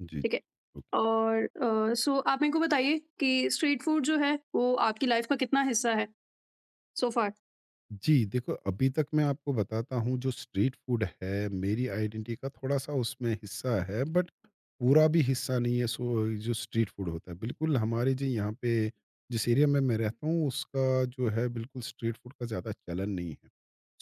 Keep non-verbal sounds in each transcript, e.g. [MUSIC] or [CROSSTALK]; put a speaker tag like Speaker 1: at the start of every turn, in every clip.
Speaker 1: जी, जी।
Speaker 2: ठीक है।
Speaker 1: ओके।
Speaker 2: और सो आप मेरे को बताइए कि स्ट्रीट फूड जो है वो आपकी लाइफ का कितना हिस्सा है सो फार?
Speaker 1: जी, देखो अभी तक मैं आपको बताता हूँ, जो स्ट्रीट फ़ूड है, मेरी आइडेंटिटी का थोड़ा-सा उसमें हिस्सा है बट पूरा भी हिस्सा नहीं है। सो जो स्ट्रीट फ़ूड होता है, बिल्कुल हमारे जी यहाँ पे जिस एरिया में मैं रहता हूँ, उसका जो है, बिल्कुल स्ट्रीट फ़ूड का ज़्यादा चलन नहीं है।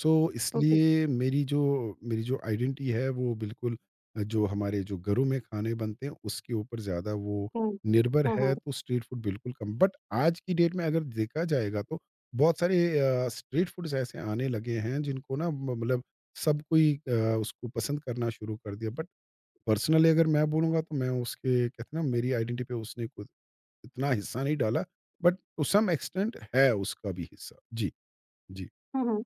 Speaker 1: So
Speaker 2: okay.
Speaker 1: इसलिए मेरी जो आइडेंटिटी है वो बिल्कुल जो हमारे जो घरों में खाने बनते हैं, उसके ऊपर ज़्यादा वो
Speaker 2: हुँ।
Speaker 1: निर्भर
Speaker 2: हाँ,
Speaker 1: है,
Speaker 2: हाँ।
Speaker 1: तो स्ट्रीट फ़ूड बिल्कुल कम, बट आज की डेट में अगर देखा जाएगा, तो बहुत सारे स्ट्रीट फूड्स ऐसे आने लगे हैं, जिनको ना मतलब सब कोई उसको पसंद करना शुरू कर दिया। बट पर्सनली अगर मैं बोलूँगा, तो मैं उसके कहते हैं ना, मेरी आइडेंटिटी पे उसने कुछ इतना हिस्सा नहीं डाला, बट टू सम एक्सटेंट है उसका भी हिस्सा। जी, जी,
Speaker 2: हाँ, हाँ।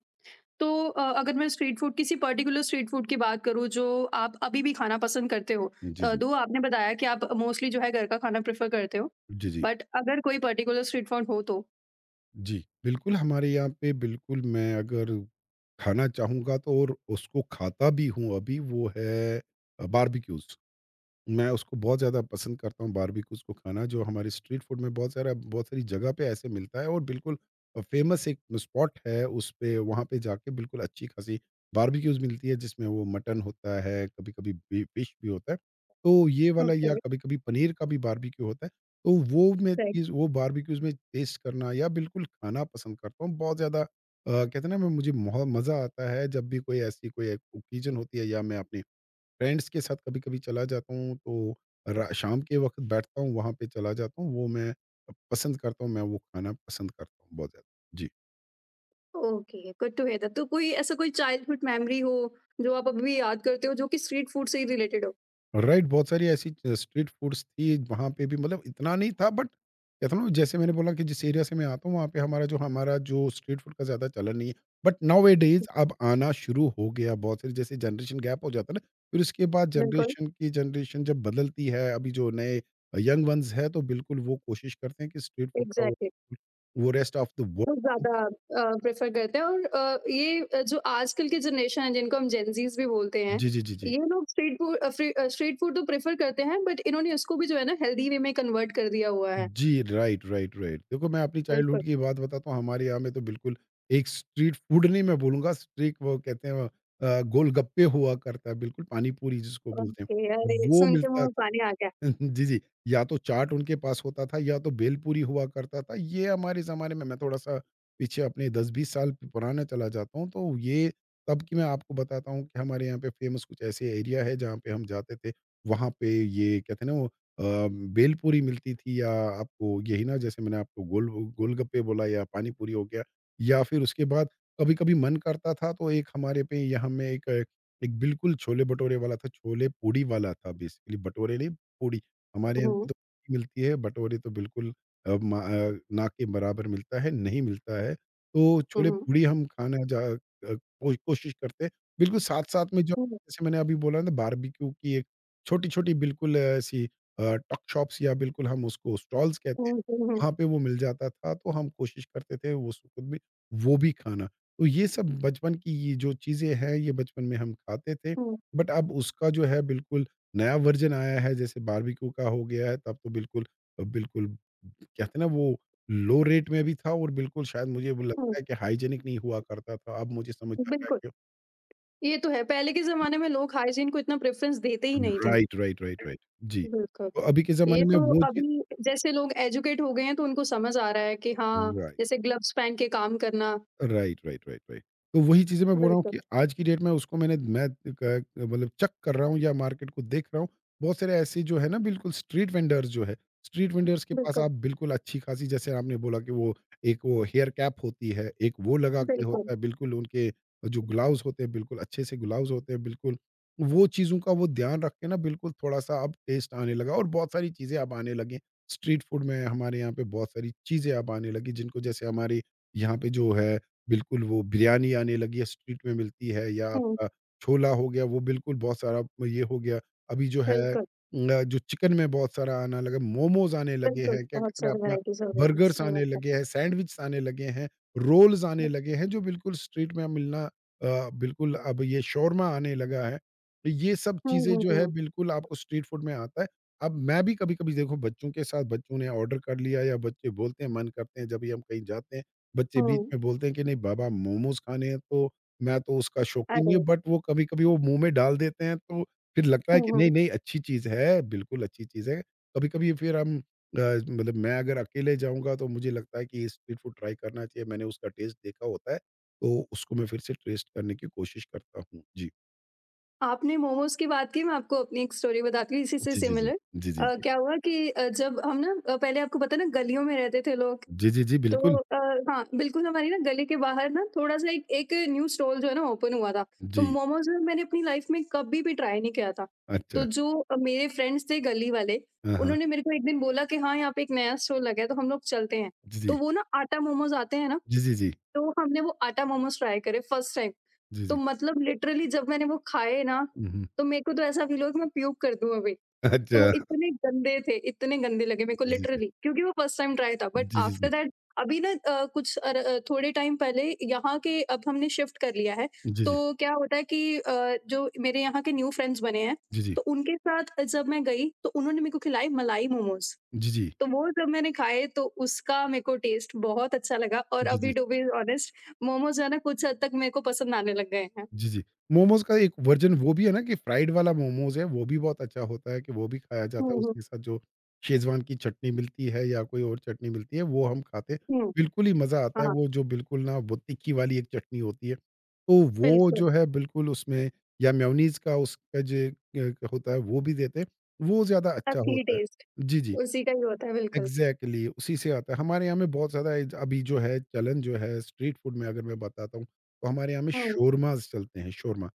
Speaker 2: तो अगर मैं स्ट्रीट फूड किसी पर्टिकुलर स्ट्रीट फूड की बात करूँ जो आप अभी भी खाना पसंद करते हो।
Speaker 1: जी, जी,
Speaker 2: दो आपने बताया कि आप मोस्टली जो है घर का खाना प्रेफ़र करते हो।
Speaker 1: जी, जी,
Speaker 2: बट अगर कोई पर्टिकुलर स्ट्रीट फूड हो तो?
Speaker 1: जी। बिल्कुल हमारे यहाँ पे बिल्कुल, मैं अगर खाना चाहूँगा तो, और उसको खाता भी हूँ, अभी वो है बारबेक्यूज। मैं उसको बहुत ज़्यादा पसंद करता हूँ, बारबेक्यूज़ को खाना, जो हमारे स्ट्रीट फूड में बहुत सारी जगह पे ऐसे मिलता है, और बिल्कुल फ़ेमस एक स्पॉट है उस पे, वहाँ पे जाके बिल्कुल अच्छी-खासी बारबेक्यूज़ मिलती है, जिसमें वो मटन होता है, कभी-कभी बी फिश भी होता है। तो ये वाला,
Speaker 2: ओके,
Speaker 1: या कभी-कभी पनीर का भी बारबेक्यू होता है। तो वो मैं
Speaker 2: राइट।
Speaker 1: चीज़ वो बारबेक्यूज़ में टेस्ट करना या बिल्कुल खाना पसंद करता हूँ। बहुत ज़्यादा कहते हैं ना, मैं मुझे महो मज़ा आता है, जब भी कोई ऐसी कोई ओकेज़न होती है, या मैं अपने फ्रेंड्स के साथ कभी-कभी चला जाता हूँ, तो रा शाम के वक़्त बैठता हूँ, वहाँ पे चला जाता हूँ, वो मैं पसंद करता हूँ, मैं वो खाना पसंद करता हूँ बहुत ज़्यादा। जी।
Speaker 2: Okay, good to hear that. तो कोई ऐसा कोई चाइल्डहुड मेमोरी हो जो आप अभी भी याद करते हो जो कि स्ट्रीट फूड से ही रिलेटेड हो?
Speaker 1: राइट, बहुत सारी ऐसी च स्ट्रीट फूड्स थी वहाँ पे भी, मतलब इतना नहीं था, बट कहता हूँ ना, जैसे मैंने बोला, कि जिस एरिया से मैं आता हूँ, वहाँ पे हमारा जो स्ट्रीट फूड का ज़्यादा चलन नहीं है। बट नाउ-ए-डेज़ अब आना शुरू हो गया, बहुत सारी, जैसे जनरेशन गैप हो जाता है ना, फिर उसके बाद
Speaker 2: बिल्कुल,
Speaker 1: जनरेशन की जनरेशन जब बदलती है, अभी जो नए यंग वन्स है, तो बिल्कुल वो कोशिश करते हैं कि स्ट्रीट फूड का
Speaker 2: एग्ज़ैक्टली।
Speaker 1: वो, रेस्ट ऑफ द वो,
Speaker 2: बहुत
Speaker 1: [LAUGHS]
Speaker 2: ज़्यादा प्रेफ़र करते हैं और ये जो आजकल की जनरेशन है जिनको हम जेनज़ीज़ भी बोलते हैं,
Speaker 1: जी, जी, जी, जी।
Speaker 2: ये लोग स्ट्रीट फूड स्ट्रीट फूड तो प्रेफ़र करते हैं बट इन्होंने उसको भी जो है ना हेल्दी वे में कन्वर्ट कर दिया हुआ है।
Speaker 1: जी, राइट, राइट, राइट। देखो, मैं अपनी चाइल्डहुड
Speaker 2: बिल्कुल,
Speaker 1: की बात बताता हूँ, हमारे यहाँ में तो बिल्कुल एक स्ट्रीट फूड नहीं, मैं बोलूँगा, स्ट्रीट, वो कहते हैं गोलगप्पे हुआ करता है, बिल्कुल पानी पूरी जिसको बोलते हैं,
Speaker 2: ओके, अरे!
Speaker 1: वो
Speaker 2: सुन के मुँह
Speaker 1: मिलता,
Speaker 2: में पानी आ गया।
Speaker 1: [LAUGHS] जी, जी। या तो चाट उनके पास होता था, या तो भेलपूरी हुआ करता था। ये हमारे ज़माने में, मैं थोड़ा-सा पीछे अपने 10-20 साल पुराने चला जाता हूँ, तो ये तब की मैं आपको बताता हूँ, कि हमारे यहाँ पे फ़ेमस कुछ ऐसे एरिया है, जहाँ पे हम जाते थे। वहाँ पे ये कहते हैं ना, वो भेलपूरी मिलती थी, या आपको यही ना, जैसे मैंने आपको गोलगप्पे बोला, या पानी पूरी हो गया, या फिर उसके बाद कभी-कभी मन करता था, तो एक हमारे पे यहाँ में एक एक बिल्कुल छोले-भटूरे वाला था, छोले पूड़ी वाला था बेसिकली, भटूरे नहीं, पूड़ी, हमारे यहाँ पे
Speaker 2: हुँ,
Speaker 1: तो मिलती है, भटोरे तो बिल्कुल ना के बराबर मिलता है, नहीं मिलता है। तो
Speaker 2: हुँ, हुँ,
Speaker 1: छोले-पूड़ी हम खाना कोई कोशिश करते हैं। बिल्कुल साथ-साथ में जो,
Speaker 2: हुँ,
Speaker 1: जैसे मैंने अभी बोला ना, बारबेक्यू की एक छोटी-छोटी बिल्कुल ऐसी, टक शॉप्स या बिल्कुल हम उसको स्टॉल्स कहते हैं,
Speaker 2: हुँ,
Speaker 1: वहाँ पे वो मिल जाता था, तो हम कोशिश करते थे वो खुद भी, वो भी खाना। तो ये सब बचपन की ये जो चीज़ें हैं, ये बचपन में हम खाते थे,
Speaker 2: हुँ,
Speaker 1: बट अब उसका जो है बिल्कुल नया वर्ज़न आया है, जैसे बारबेक्यू का हो गया है, तब तो बिल्कुल कहते हैं ना, वो लो रेट में भी था, और बिल्कुल शायद मुझे वो
Speaker 2: हुँ,
Speaker 1: लगता है कि हाइजीनिक नहीं हुआ करता था। अब मुझे समझ आ रहा है
Speaker 2: बिल्कुल,
Speaker 1: कि।
Speaker 2: ये तो है। पहले के
Speaker 1: जी।
Speaker 2: ज़माने में लोग हाइजीन को इतना प्रेफ़रेंस देते ही नहीं थे।
Speaker 1: Right, right, right, right. जी,
Speaker 2: बिल्कुल,
Speaker 1: तो अभी के
Speaker 2: ये
Speaker 1: ज़माने में
Speaker 2: तो
Speaker 1: वो चीज़।
Speaker 2: अभी जैसे लोग एजुकेट हो गए हैं तो उनको समझ आ रहा है कि हाँ,
Speaker 1: राइट।
Speaker 2: जैसे ग्लव्स पहन के काम करना।
Speaker 1: Right, right, right, right. तो वही चीज़ें मैं बोल रहा हूँ,
Speaker 2: बिल्कुल,
Speaker 1: कि आज की डेट में उसको मैंने मैं क मतलब चेक कर रहा हूँ, या मार्केट को देख रहा हूँ। बहुत सारे ऐसे जो है ना, बिल्कुल स्ट्रीट वेंडर्स जो है, स्ट्रीट वेंडर्स के पास
Speaker 2: बिल्कुल,
Speaker 1: आप बिल्कुल अच्छी-खासी, जैसे आपने बोला कि वो एक, वो हेयर कैप होती है, एक वो लगा के
Speaker 2: बिल्कुल,
Speaker 1: होता है, बिल्कुल उनके जो
Speaker 2: बिल्कुल।
Speaker 1: ग्लव्स होते हैं, बिल्कुल अच्छे से ग्लव्स होते हैं बिल्कुल। वो चीज़ों का वो ध्यान रख के ना, बिल्कुल थोड़ा-सा अब टेस्ट आने लगा, और बहुत सारी चीज़ें अब आने लगी। स्ट्रीट फूड में हमारे यहाँ पे बहुत सारी चीज़ें अब आने लगी, जिनको जैसे हमारे यहाँ पे जो है बिल्कुल, वो बिरयानी आने लगी है, स्ट्रीट में मिलती है, या
Speaker 2: हुँ,
Speaker 1: आपका छोला हो गया, वो बिल्कुल बहुत सारा ये हो गया। अभी जो है
Speaker 2: बिल्कुल,
Speaker 1: जो चिकन में बहुत सारा आना लगा, मोमोज़ आने लगे
Speaker 2: बिल्कुल,
Speaker 1: हैं, क्या
Speaker 2: बहुत
Speaker 1: कहते हैं
Speaker 2: सारी
Speaker 1: अपना,
Speaker 2: वैराइटीज़ हो गई हैं,
Speaker 1: बर्गर्स
Speaker 2: सही
Speaker 1: आने
Speaker 2: बात है।
Speaker 1: लगे हैं, सैंडविच आने लगे हैं, रोल्स आने
Speaker 2: बिल्कुल।
Speaker 1: लगे हैं, जो बिल्कुल स्ट्रीट में मिलना, बिल्कुल अब ये शौरमा आने लगा है। तो ये सब
Speaker 2: हुँ,
Speaker 1: चीज़ें
Speaker 2: हुँ,
Speaker 1: जो है,
Speaker 2: हुँ,
Speaker 1: बिल्कुल आपको स्ट्रीट फूड में आता है। अब मैं भी कभी-कभी देखो, बच्चों के साथ, बच्चों ने ऑर्डर कर लिया, या बच्चे बोलते हैं, मन करते हैं, जब भी हम कहीं जाते हैं, बच्चे
Speaker 2: हुँ।
Speaker 1: बीच में बोलते हैं कि नहीं बाबा, मोमोज खाने हैं, तो मैं तो उसका शौकीन नहीं हूँ,
Speaker 2: अरे!
Speaker 1: बट वो कभी-कभी वो मुँह में डाल देते हैं, तो फिर लगता है
Speaker 2: हुँ,
Speaker 1: कि नहीं,
Speaker 2: हुँ।
Speaker 1: नहीं, अच्छी चीज़ है, बिल्कुल अच्छी चीज़ है। कभी-कभी फिर हम मतलब मैं अगर अकेले जाऊँगा, तो मुझे लगता है कि स्ट्रीट फूड ट्राई करना चाहिए। मैंने उसका टेस्ट देखा होता है, तो उसको मैं फिर से टेस्ट करने की कोशिश करता हूँ। जी।
Speaker 2: आपने मोमोज़ की बात की, मैं आपको अपनी एक स्टोरी बताती हूँ इसी से
Speaker 1: जी, जी, जी।
Speaker 2: सिमिलर।
Speaker 1: जी, जी, जी।
Speaker 2: क्या हुआ कि जब हम ना पहले आपको पता है ना गलियों में रहते थे लोग।
Speaker 1: जी, जी, जी,
Speaker 2: तो
Speaker 1: बिल्कुल।
Speaker 2: हाँ, बिल्कुल हमारे ना गली के बाहर ना थोड़ा-सा एक एक न्यू स्टॉल जो है ना ओपन हुआ था। तो
Speaker 1: जी।
Speaker 2: मोमोज़ ना मैंने अपनी लाइफ़ में कभी भी ट्राई नहीं किया था। तो
Speaker 1: अच्छा।
Speaker 2: जो मेरे फ्रेंड्स थे गली वाले,
Speaker 1: हाँ, हाँ।
Speaker 2: उन्होंने मेरे को एक दिन बोला कि हाँ, यहाँ पे एक नया स्टॉल लगा है तो हम लोग चलते हैं।
Speaker 1: जी, जी।
Speaker 2: तो वो ना आटा मोमोज़ आते हैं ना,
Speaker 1: जी, जी, जी।
Speaker 2: तो हमने वो आटा मोमोज़ ट्राई करे फर्स्ट टाइम।
Speaker 1: जी,
Speaker 2: तो
Speaker 1: जी।
Speaker 2: मतलब लिटरली जब मैंने वो खाए ना,
Speaker 1: हुँ, हुँ।
Speaker 2: तो मेरे को तो ऐसा फ़ील हुआ कि मैं प्यूक कर दूँ अभी। तो वो
Speaker 1: अच्छा।
Speaker 2: इतने गंदे थे, इतने गंदे लगे मेरे को
Speaker 1: जी, जी, जी।
Speaker 2: लिटरली क्योंकि वो फर्स्ट टाइम ट्राई था। बट
Speaker 1: जी, जी,
Speaker 2: आफ्टर
Speaker 1: जी।
Speaker 2: दैट अभी ना थोड़े टाइम पहले यहाँ के अब हमने शिफ्ट कर लिया है।
Speaker 1: जी, जी।
Speaker 2: तो क्या होता है कि जो मेरे यहाँ के न्यू फ्रेंड्स बने हैं,
Speaker 1: जी, जी।
Speaker 2: तो उनके साथ जब मैं गई, तो उन्होंने मेरे को खिलाए मलाई मोमोज़।
Speaker 1: जी, जी।
Speaker 2: तो वो जब मैंने खाए तो उसका मेरे को टेस्ट बहुत अच्छा लगा और
Speaker 1: जी, जी।
Speaker 2: अभी टू बी ऑनेस्ट, मोमोज़ है ना कुछ हद तक मेरे को पसंद आने लग गए हैं।
Speaker 1: जी, जी। मोमोज़ का एक वर्ज़न वो भी है ना, कि फ्राइड वाला मोमोज़ है, वो भी बहुत अच्छा होता है, कि वो भी खाया जाता
Speaker 2: हुँ,
Speaker 1: है,
Speaker 2: हुँ,
Speaker 1: उसके साथ जो शेज़वान की चटनी मिलती है, या कोई और चटनी मिलती है, वो हम खाते हैं।
Speaker 2: हुँ,
Speaker 1: बिल्कुल ही मज़ा आता है,
Speaker 2: हाँ,
Speaker 1: वो जो बिल्कुल ना, वो तीखी वाली एक चटनी होती है, तो वो
Speaker 2: बिल्कुल,
Speaker 1: जो है बिल्कुल उसमें, या मेयोनीज़ का उसका जो एक होता है, वो भी देते हैं, वो ज़्यादा अच्छा
Speaker 2: असली
Speaker 1: होता है।
Speaker 2: टेस्ट
Speaker 1: जी, जी।
Speaker 2: उसी का ही होता है बिल्कुल।
Speaker 1: एग्जैक्टली exactly, उसी से आता है, हमारे यहाँ में बहुत ज़्यादा अभी जो है चलन, जो है स्ट्रीट फूड में, अगर मैं बताता हूँ, तो हमारे यहाँ में
Speaker 2: हुँ,
Speaker 1: शोरमाज चलते हैं, शोरमा,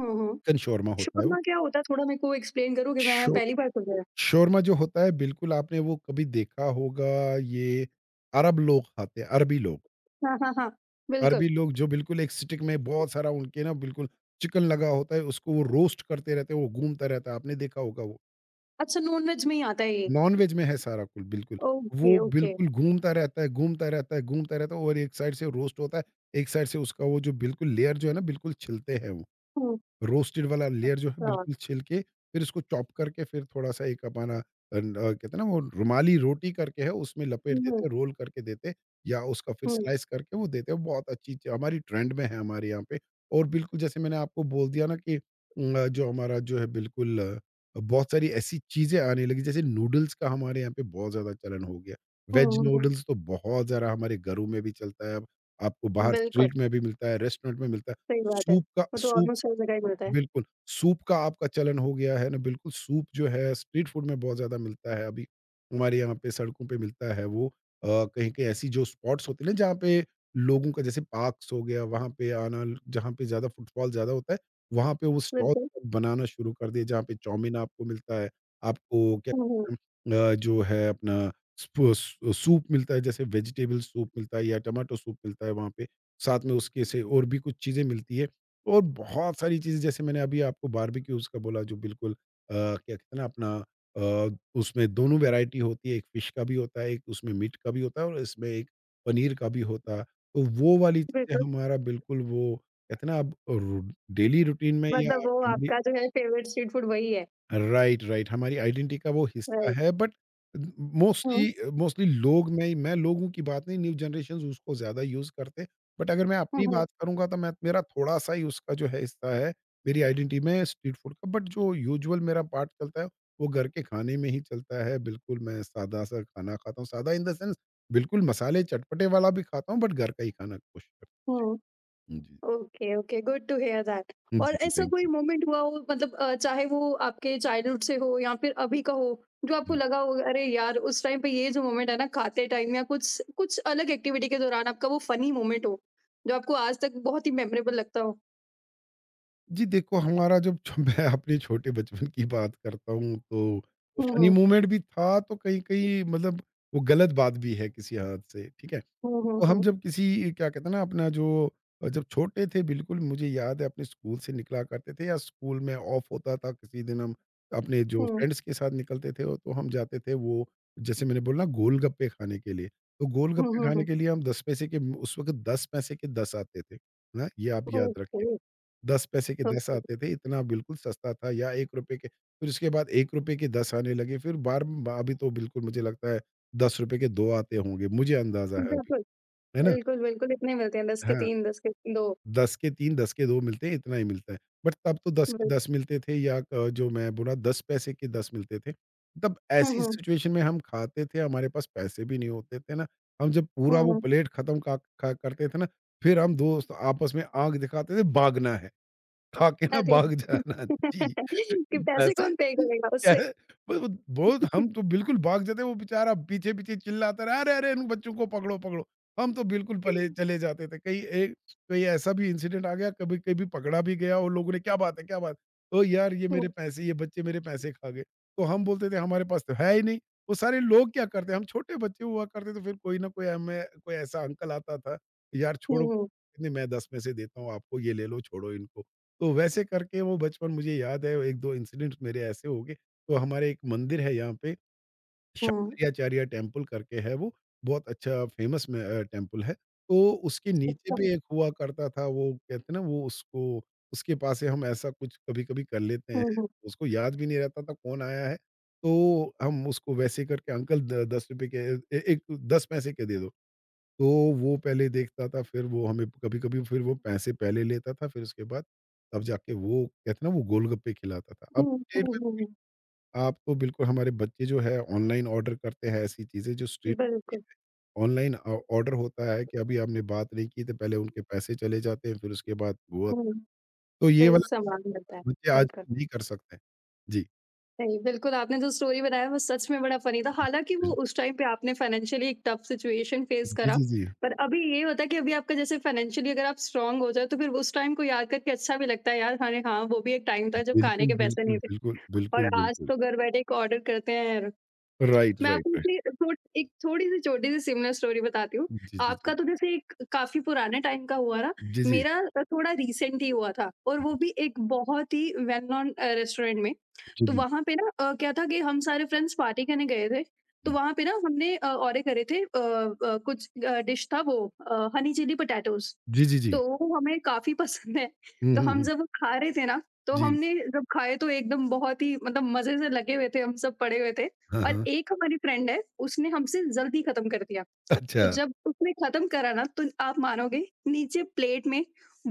Speaker 2: हुँ, हुँ।
Speaker 1: चिकन शोरमा होता है वो।
Speaker 2: शोरमा क्या होता है थोड़ा मेरे को एक्सप्लेन करोगे? मैं
Speaker 1: शो
Speaker 2: पहली बार सुन रही हूँ।
Speaker 1: शोरमा जो होता है बिल्कुल, आपने वो कभी देखा होगा, ये अरब लोग खाते हैं,
Speaker 2: हाँ, हाँ, हाँ, बिल्कुल।
Speaker 1: अरबी लोग जो बिल्कुल एक स्टिक में बहुत सारा उनके ना, बिल्कुल चिकन लगा होता है, उसको वो रोस्ट करते रहते हैं, वो घूमता रहता है, आपने देखा होगा वो,
Speaker 2: अच्छा, नॉन-वेज में ही आता है ये?
Speaker 1: नॉन-वेज में है सारा कुल बिल्कुल।
Speaker 2: ओके,
Speaker 1: वो
Speaker 2: ओके।
Speaker 1: बिल्कुल घूमता रहता है, घूमता रहता है, घूमता रहता है, और एक साइड से रोस्ट होता है, एक साइड से उसका वो जो बिल्कुल लेयर जो है ना, बिल्कुल छिलते हैं वो।
Speaker 2: हुँ,
Speaker 1: रोस्टेड वाला लेयर जो है,
Speaker 2: अच्छा।
Speaker 1: बिल्कुल छिल के, फिर इसको चॉप करके, फिर थोड़ा-सा एक अपना कहते हैं ना, वो रुमाली रोटी करके है, उसमें लपेट
Speaker 2: हुँ,
Speaker 1: देते
Speaker 2: हुँ,
Speaker 1: हैं, रोल करके देते हैं, या उसका फिर
Speaker 2: हुँ,
Speaker 1: स्लाइस करके वो देते हैं। बहुत अच्छी च हमारी ट्रेंड में है, हमारे यहाँ पे, और बिल्कुल जैसे मैंने आपको बोल दिया ना, कि जो हमारा जो है बिल्कुल, बहुत सारी ऐसी चीज़ें आने लगी, जैसे नूडल्स का हमारे यहाँ पे बहुत ज़्यादा चलन हो गया।
Speaker 2: हुँ,
Speaker 1: वेज
Speaker 2: हुँ, हुँ।
Speaker 1: नूडल्स तो बहुत ज़रा हमारे घरों में भी चलता है अब, आपको बाहर
Speaker 2: बिल्कुल,
Speaker 1: स्ट्रीट में भी मिलता है, रेस्टोरेंट में मिलता है।
Speaker 2: सही बात है।
Speaker 1: सूप का
Speaker 2: वो तो
Speaker 1: सूप
Speaker 2: ऑलमोस्ट हर जगह ही मिलता है।
Speaker 1: बिल्कुल, सूप का आपका चलन हो गया है ना, बिल्कुल सूप जो है स्ट्रीट फूड में बहुत ज़्यादा मिलता है अभी, हमारे यहाँ पे सड़कों पे मिलता है वो। कहीं-कहीं ऐसी जो स्पॉट्स होते हैं ना, जहाँ पे लोगों का जैसे पार्क्स हो गया, वहाँ पे आना, जहाँ पे ज़्यादा फुटफॉल ज़्यादा होता है, वहाँ पे वो स्टॉल
Speaker 2: बिल्कुल।
Speaker 1: बनाना शुरू कर दिए, जहाँ पे चाउमीन आपको मिलता है, आपको क्या
Speaker 2: हुँ, हुँ,
Speaker 1: कहते हैं, जो है अपना स्पू सू सूप मिलता है, जैसे वेजिटेबल सूप मिलता है, या टमाटो सूप मिलता है वहाँ पे, साथ में उसके से और भी कुछ चीज़ें मिलती है। और बहुत सारी चीज़ें, जैसे मैंने अभी आपको बारबेक्यूज़ का बोला, जो बिल्कुल क्या कहते हैं ना अपना, उसमें दोनों वैरायटी होती है, एक फ़िश का भी होता है, एक उसमें मीट का भी होता है, और इसमें एक पनीर का भी होता है। तो वो वाली चीज़ें
Speaker 2: बिल्कुल।
Speaker 1: हमारा बिल्कुल वो कहते हैं ना, अब रु डेली रूटीन में या
Speaker 2: मतलब
Speaker 1: आप
Speaker 2: वो
Speaker 1: हमारी
Speaker 2: आपका जो है फेवरेट स्ट्रीट फूड वही है,
Speaker 1: राइट, राइट, हमारी आइडेंटिटी का वो हिस्सा
Speaker 2: राइट?
Speaker 1: है, बट
Speaker 2: हुँ,
Speaker 1: मोस्टली मोस्टली लोग, मैं लोगों की बात नहीं, न्यू जनरेशंस उसको ज़्यादा यूज़ करते हैं। बट अगर मैं
Speaker 2: हुँ,
Speaker 1: अपनी
Speaker 2: हुँ,
Speaker 1: बात करूँगा तो मैं, मेरा थोड़ा-सा ही उसका जो है हिस्सा है, मेरी आइडेंटिटी में स्ट्रीट फूड का। बट जो यूजुअल मेरा पार्ट चलता है, वो घर के खाने में ही चलता है। बिल्कुल मैं सादा-सा खाना खाता हूँ, सादा इन द सेंस बिल्कुल मसाले चटपटे वाला भी खाता हूँ, बट घर का ही खाना कोशिश करता
Speaker 2: हुँ।
Speaker 1: जी। हूँ।
Speaker 2: Okay, okay, good to hear that.
Speaker 1: जी,
Speaker 2: और
Speaker 1: जी,
Speaker 2: ऐसा
Speaker 1: थैंक
Speaker 2: कोई
Speaker 1: यू।
Speaker 2: मोमेंट हुआ हो, मतलब चाहे वो आपके चाइल्डहुड से हो या फिर अभी का हो, जो आपको
Speaker 1: जी।
Speaker 2: लगा हो अरे यार उस टाइम पे ये जो मोमेंट है ना खाते टाइम या कुछ कुछ अलग एक्टिविटी के दौरान आपका वो फनी मोमेंट हो, जो आपको आज तक बहुत ही मेमोरेबल लगता हो?
Speaker 1: जी, देखो हमारा जब [LAUGHS] छ मैं अपने छोटे बचपन की बात करता हूँ तो वो
Speaker 2: हुँ,
Speaker 1: फ़नी
Speaker 2: हुँ,
Speaker 1: मोमेंट भी था, तो कहीं-कहीं मतलब वो गलत बात भी है किसी हद से, ठीक है?
Speaker 2: हुँ, हुँ,
Speaker 1: तो हम
Speaker 2: हुँ,
Speaker 1: जब किसी, क्या कहते हैं ना अपना जो, जब छोटे थे, बिल्कुल मुझे याद है, अपने स्कूल से निकला करते थे या स्कूल में ऑफ होता था किसी दिन, हम अपने जो
Speaker 2: हुँ,
Speaker 1: फ्रेंड्स के साथ निकलते थे और तो हम जाते थे वो, जैसे मैंने बोला गोलगप्पे खाने के लिए। तो
Speaker 2: हुँ,
Speaker 1: गोलगप्पे
Speaker 2: हुँ,
Speaker 1: खाने
Speaker 2: हुँ।
Speaker 1: के लिए हम 10 पैसे के, उस वक़्त 10 पैसे के 10 आते थे। है ना? ये आप याद रखें।
Speaker 2: ओके,
Speaker 1: 10 पैसे के 10
Speaker 2: ओके।
Speaker 1: आते थे, इतना बिल्कुल सस्ता था। या ₹1 के, फिर उसके बाद ₹1 के 10 आने लगे, फिर बार बा अभी तो बिल्कुल मुझे लगता है ₹10 के 2 आते होंगे, मुझे अंदाज़ा है अभी,
Speaker 2: बिल्कुल,
Speaker 1: है ना?
Speaker 2: बिल्कुल, बिल्कुल इतने मिलते हैं, 10 के
Speaker 1: हाँ,
Speaker 2: 3, 10 के 2
Speaker 1: 10 के 3, 10 के 2 मिलते हैं, इतना ही मिलता है। बट तब तो 10 के
Speaker 2: बिल्क
Speaker 1: 10 मिलते थे, या क जो मैं बोला 10 पैसे के 10 मिलते थे। तब
Speaker 2: हुँ,
Speaker 1: ऐसी
Speaker 2: हुँ।
Speaker 1: सिचुएशन में हम खाते थे, हमारे पास पैसे भी नहीं होते थे ना, हम जब पूरा
Speaker 2: हुँ,
Speaker 1: वो
Speaker 2: हुँ।
Speaker 1: प्लेट खत्म का खा करते थे ना, फिर हम दोस्त आपस में आँख दिखाते थे, भागना है। खा के ना
Speaker 2: अरे!
Speaker 1: भाग जाना। जी।
Speaker 2: [LAUGHS] कि पैसे
Speaker 1: पैसे,
Speaker 2: कौन पे करेगा
Speaker 1: क्या
Speaker 2: उससे?
Speaker 1: है वो, बहुत, हम तो बिल्कुल भाग जाते, वो बेचारा पीछे-पीछे चिल्लाता रहा, "अरे, अरे! इन बच्चों को पकड़ो, पकड़ो।" हम तो बिल्कुल पले चले जाते थे। कहीं एक, कहीं ऐसा भी इंसिडेंट आ गया, कभी कभी पकड़ा भी गया और लोगों ने, "क्या बात है, क्या बात?" "ओह यार! ये
Speaker 2: हुँ,
Speaker 1: मेरे पैसे, ये बच्चे मेरे पैसे खा गए।" तो हम बोलते थे, "हमारे पास तो है ही नहीं।" वो सारे लोग क्या करते, हम छोटे बच्चे हुआ करते, तो फिर कोई ना कोई हमें, कोई ऐसा अंकल आता था, "यार
Speaker 2: हुँ,
Speaker 1: छोड़ो,
Speaker 2: हुँ।
Speaker 1: नहीं मैं 10 में से देता हूँ आपको, ये ले लो, छोड़ो इनको।" तो वैसे करके वो बचपन मुझे याद है, 1-2 इंसिडेंट मेरे ऐसे हो गए। तो हमारे एक मंदिर है यहाँ पे,
Speaker 2: हुँ,
Speaker 1: शंकराचार्य टेम्पल करके है वो, बहुत अच्छा फ़ेमस टेम्पल है। तो उसके नीचे पे एक हुआ करता था, वो कहते हैं ना वो उसको, उसके पास से हम ऐसा कुछ कभी-कभी कर लेते हैं।
Speaker 2: हुँ,
Speaker 1: उसको याद भी नहीं रहता था कौन आया है, तो हम उसको वैसे करके अंकल द ₹10 के, ए, 1 10 पैसे के दे दो। तो वो पहले देखता था, फिर वो हमें कभी-कभी फिर वो पैसे पहले लेता था, फिर उसके बाद तब जाके वो कहते हैं ना वो गोलगप्पे खिलाता था। अब
Speaker 2: हुँ,
Speaker 1: की डेट
Speaker 2: हुँ, हुँ।
Speaker 1: में आप तो बिल्कुल, हमारे बच्चे जो है ऑनलाइन ऑर्डर करते हैं ऐसी चीज़ें जो स्ट्रीट,
Speaker 2: बिल्कुल,
Speaker 1: ऑर्डर होता है कि अभी आपने बात नहीं की तो पहले उनके पैसे चले जाते हैं, फिर उसके बाद वो,
Speaker 2: हुँ।
Speaker 1: तो ये
Speaker 2: फिर
Speaker 1: वाला
Speaker 2: सामान मिलता
Speaker 1: हमारे
Speaker 2: है,
Speaker 1: बच्चे आज
Speaker 2: बिल्कुल।
Speaker 1: नहीं कर सकते। जी।
Speaker 2: सही, बिल्कुल आपने जो स्टोरी बताया वो सच में बड़ा फ़नी था। हालाँकि वो उस टाइम पे आपने फाइनेंशियली एक टफ सिचुएशन फ़ेस
Speaker 1: जी,
Speaker 2: करा,
Speaker 1: जी, जी।
Speaker 2: पर अभी ये होता है कि अभी आपका जैसे फाइनेंशियली अगर आप स्ट्रॉन्ग हो जाओ तो फिर उस टाइम को याद करके अच्छा भी लगता है, यार अरे हाँ, वो भी एक टाइम था जब खाने
Speaker 1: बिल्कुल,
Speaker 2: के पैसे नहीं
Speaker 1: बिल्कुल,
Speaker 2: थे
Speaker 1: बिल्कुल,
Speaker 2: और
Speaker 1: बिल्कुल,
Speaker 2: आज
Speaker 1: बिल्कुल।
Speaker 2: तो घर बैठे एक ऑर्डर करते हैं।
Speaker 1: राइट,
Speaker 2: मैं
Speaker 1: राइट,
Speaker 2: आपको
Speaker 1: राइट।
Speaker 2: जैसे थोड़ एक थोड़ी-सी छोटी-सी सिमिलर स्टोरी बताती हूँ।
Speaker 1: जी, जी,
Speaker 2: आपका
Speaker 1: जी।
Speaker 2: तो जैसे एक काफ़ी पुराने टाइम का हुआ ना,
Speaker 1: जी, जी।
Speaker 2: मेरा थोड़ा रिसेंट ही हुआ था और वो
Speaker 1: जी, जी।
Speaker 2: भी एक बहुत ही वेल नोन रेस्टोरेंट में।
Speaker 1: जी,
Speaker 2: तो
Speaker 1: जी।
Speaker 2: वहाँ पे ना क्या था कि हम सारे फ्रेंड्स पार्टी करने गए थे, तो
Speaker 1: जी।
Speaker 2: वहाँ पे ना हमने ऑर्डर करे थे कुछ डिश था वो हनी चिली पोटैटोज़।
Speaker 1: जी, जी, जी।
Speaker 2: तो वो हमें काफ़ी [LAUGHS] पसंद है,
Speaker 1: हुँ,
Speaker 2: तो
Speaker 1: हुँ,
Speaker 2: हम
Speaker 1: हुँ।
Speaker 2: जब वो खा रहे थे ना, तो
Speaker 1: जी।
Speaker 2: हमने जब खाए तो एकदम बहुत ही मतलब मज़े से लगे हुए थे, हम सब पड़े हुए थे।
Speaker 1: हाँ,
Speaker 2: और
Speaker 1: हाँ।
Speaker 2: एक हमारी फ्रेंड है, उसने हमसे जल्दी खत्म कर दिया।
Speaker 1: अच्छा।
Speaker 2: तो जब उसने खत्म करा ना तो आप मानोगे, नीचे प्लेट में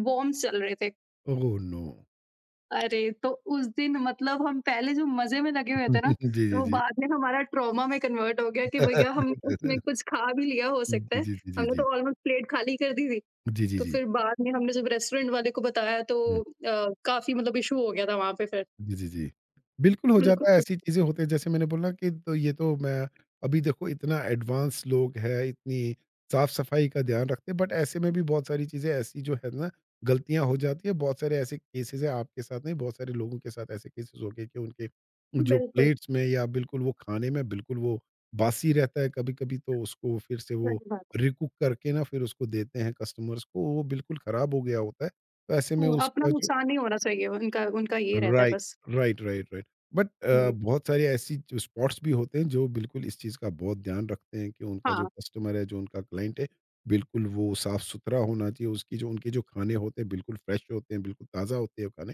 Speaker 2: वॉर्म्स चल रहे थे।
Speaker 1: Oh no!
Speaker 2: अरे! तो उस दिन मतलब हम पहले जो मज़े में लगे हुए
Speaker 1: [LAUGHS]
Speaker 2: थे ना,
Speaker 1: जी,
Speaker 2: तो
Speaker 1: जी,
Speaker 2: वो
Speaker 1: जी।
Speaker 2: बाद में हमारा ट्रॉमा में कन्वर्ट हो गया कि भैया हमने उसमें
Speaker 1: [LAUGHS]
Speaker 2: कुछ खा भी लिया हो सकता
Speaker 1: जी,
Speaker 2: है।
Speaker 1: जी, जी, जी,
Speaker 2: हमने
Speaker 1: जी।
Speaker 2: तो ऑलमोस्ट प्लेट खाली कर दी थी।
Speaker 1: जी, जी, जी। जी,
Speaker 2: तो
Speaker 1: जी, जी।
Speaker 2: फिर बाद में हमने जब रेस्टोरेंट वाले को बताया तो
Speaker 1: हुँ।
Speaker 2: काफ़ी मतलब इश्यू हो गया था वहाँ पे फिर।
Speaker 1: जी, जी, जी। बिल्कुल, हो
Speaker 2: बिल्कुल,
Speaker 1: जाता है, ऐसी चीज़ें होते हैं। जैसे मैंने बोला कि तो ये तो मैं अभी देखो, इतना एडवांस लोग हैं, इतनी साफ-सफाई का ध्यान रखते हैं, बट ऐसे में भी बहुत सारी चीज़ें ऐसी, जो है ना, गलतियाँ हो जाती है। बहुत सारे ऐसे केसेज़ हैं, आपके साथ नहीं, बहुत सारे लोगों के साथ ऐसे केसेज़ हो गए कि उनके जो
Speaker 2: बिल्कुल।
Speaker 1: प्लेट्स में, या बिल्कुल वो खाने में बिल्कुल वो बासी रहता है कभी-कभी, तो उसको फिर से वो
Speaker 2: सही बात।
Speaker 1: रीकुक करके ना फिर उसको देते हैं कस्टमर्स को, वो बिल्कुल ख़राब हो गया होता है। तो ऐसे में
Speaker 2: हुँ, अपना
Speaker 1: उसका जो,
Speaker 2: नुकसान नहीं होना चाहिए उनका उनका ये रहता है
Speaker 1: राइट,
Speaker 2: बस।
Speaker 1: Right, right, right. बट
Speaker 2: हुँ,
Speaker 1: बहुत सारे ऐसी जो स्पॉट्स भी होते हैं जो बिल्कुल इस चीज़ का बहुत ध्यान रखते हैं कि उनका जो
Speaker 2: हाँ,
Speaker 1: कस्टमर है, जो उनका क्लाइंट है, बिल्कुल वो साफ-सुथरा होना चाहिए, उसकी जो, उनके जो खाने होते हैं बिल्कुल फ्रेश होते हैं, बिल्कुल ताज़ा होते हैं खाने।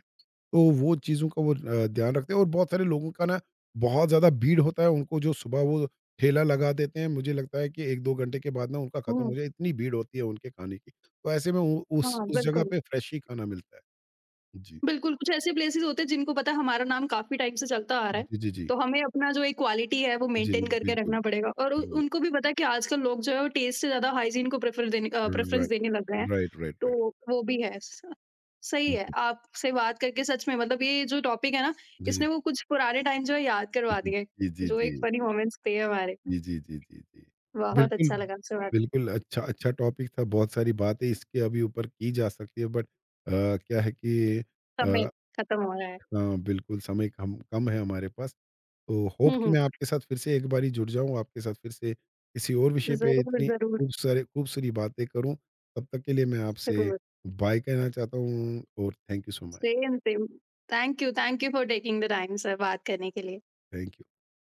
Speaker 1: तो वो चीज़ों का वो ध्यान रखते हैं। और बहुत सारे लोगों का ना बहुत ज़्यादा भीड़ होता है, उनको जो सुबह वो ठेला लगा देते हैं, मुझे लगता है कि 1-2 घंटे के बाद ना उनका खत्म हो
Speaker 2: हुँ,
Speaker 1: जाए, इतनी भीड़ होती है उनके खाने की। तो ऐसे में उ
Speaker 2: हाँ,
Speaker 1: उस जगह
Speaker 2: बिल्कुल।
Speaker 1: पे फ्रेश ही खाना मिलता है। जी।
Speaker 2: बिल्कुल, कुछ ऐसे प्लेसेस होते हैं जिनको पता है हमारा नाम काफ़ी टाइम से चलता आ रहा है,
Speaker 1: जी, जी, जी।
Speaker 2: तो हमें अपना जो एक क्वालिटी है वो
Speaker 1: जी, जी,
Speaker 2: मेंटेन करके
Speaker 1: बिल्कुल।
Speaker 2: रखना पड़ेगा और उ
Speaker 1: राइट,
Speaker 2: उनको भी पता है कि आजकल लोग जो है वो टेस्ट से ज़्यादा हाइजीन को प्रेफ़रेंस
Speaker 1: राइट,
Speaker 2: देने लग गए हैं,
Speaker 1: राइट, राइट, राइट।
Speaker 2: तो वो भी है। स सही
Speaker 1: हुँ,
Speaker 2: है,
Speaker 1: हुँ।
Speaker 2: आपसे बात करके सच में मतलब ये जो टॉपिक है ना,
Speaker 1: जी, जी।
Speaker 2: इसने वो कुछ पुराने टाइम जो है याद
Speaker 1: हुँ,
Speaker 2: करवा
Speaker 1: हुँ।
Speaker 2: दिए,
Speaker 1: जी, जी,
Speaker 2: जो एक
Speaker 1: जी।
Speaker 2: फ़नी मोमेंट्स थे हमारे।
Speaker 1: जी, जी, जी, जी, जी।
Speaker 2: बहुत
Speaker 1: बिल्कुल,
Speaker 2: अच्छा लगा आपसे बात करके।
Speaker 1: बिल्कुल अच्छा अच्छा टॉपिक था, बहुत सारी बातें इसके अभी ऊपर की जा सकती है, बट अ, क्या है कि
Speaker 2: समय
Speaker 1: अ,
Speaker 2: खत्म हो रहा है।
Speaker 1: हाँ, बिल्कुल समय कम कम है हमारे पास। तो होप
Speaker 2: हुँ,
Speaker 1: कि
Speaker 2: हुँ।
Speaker 1: मैं आपके साथ फिर से एक बारी जुड़ जाऊँ, आपके साथ फिर से किसी और विषय पे
Speaker 2: ज़रूर,
Speaker 1: इतनी
Speaker 2: ज़रूर,
Speaker 1: खूब सारी बातें करूँ। तब तक के लिए मैं आपसे
Speaker 2: ज़रूर।
Speaker 1: बाय कहना चाहता हूँ और thank you so much.
Speaker 2: Same, same. Thank you for taking the time sir, बात करने के लिए।
Speaker 1: Thank you.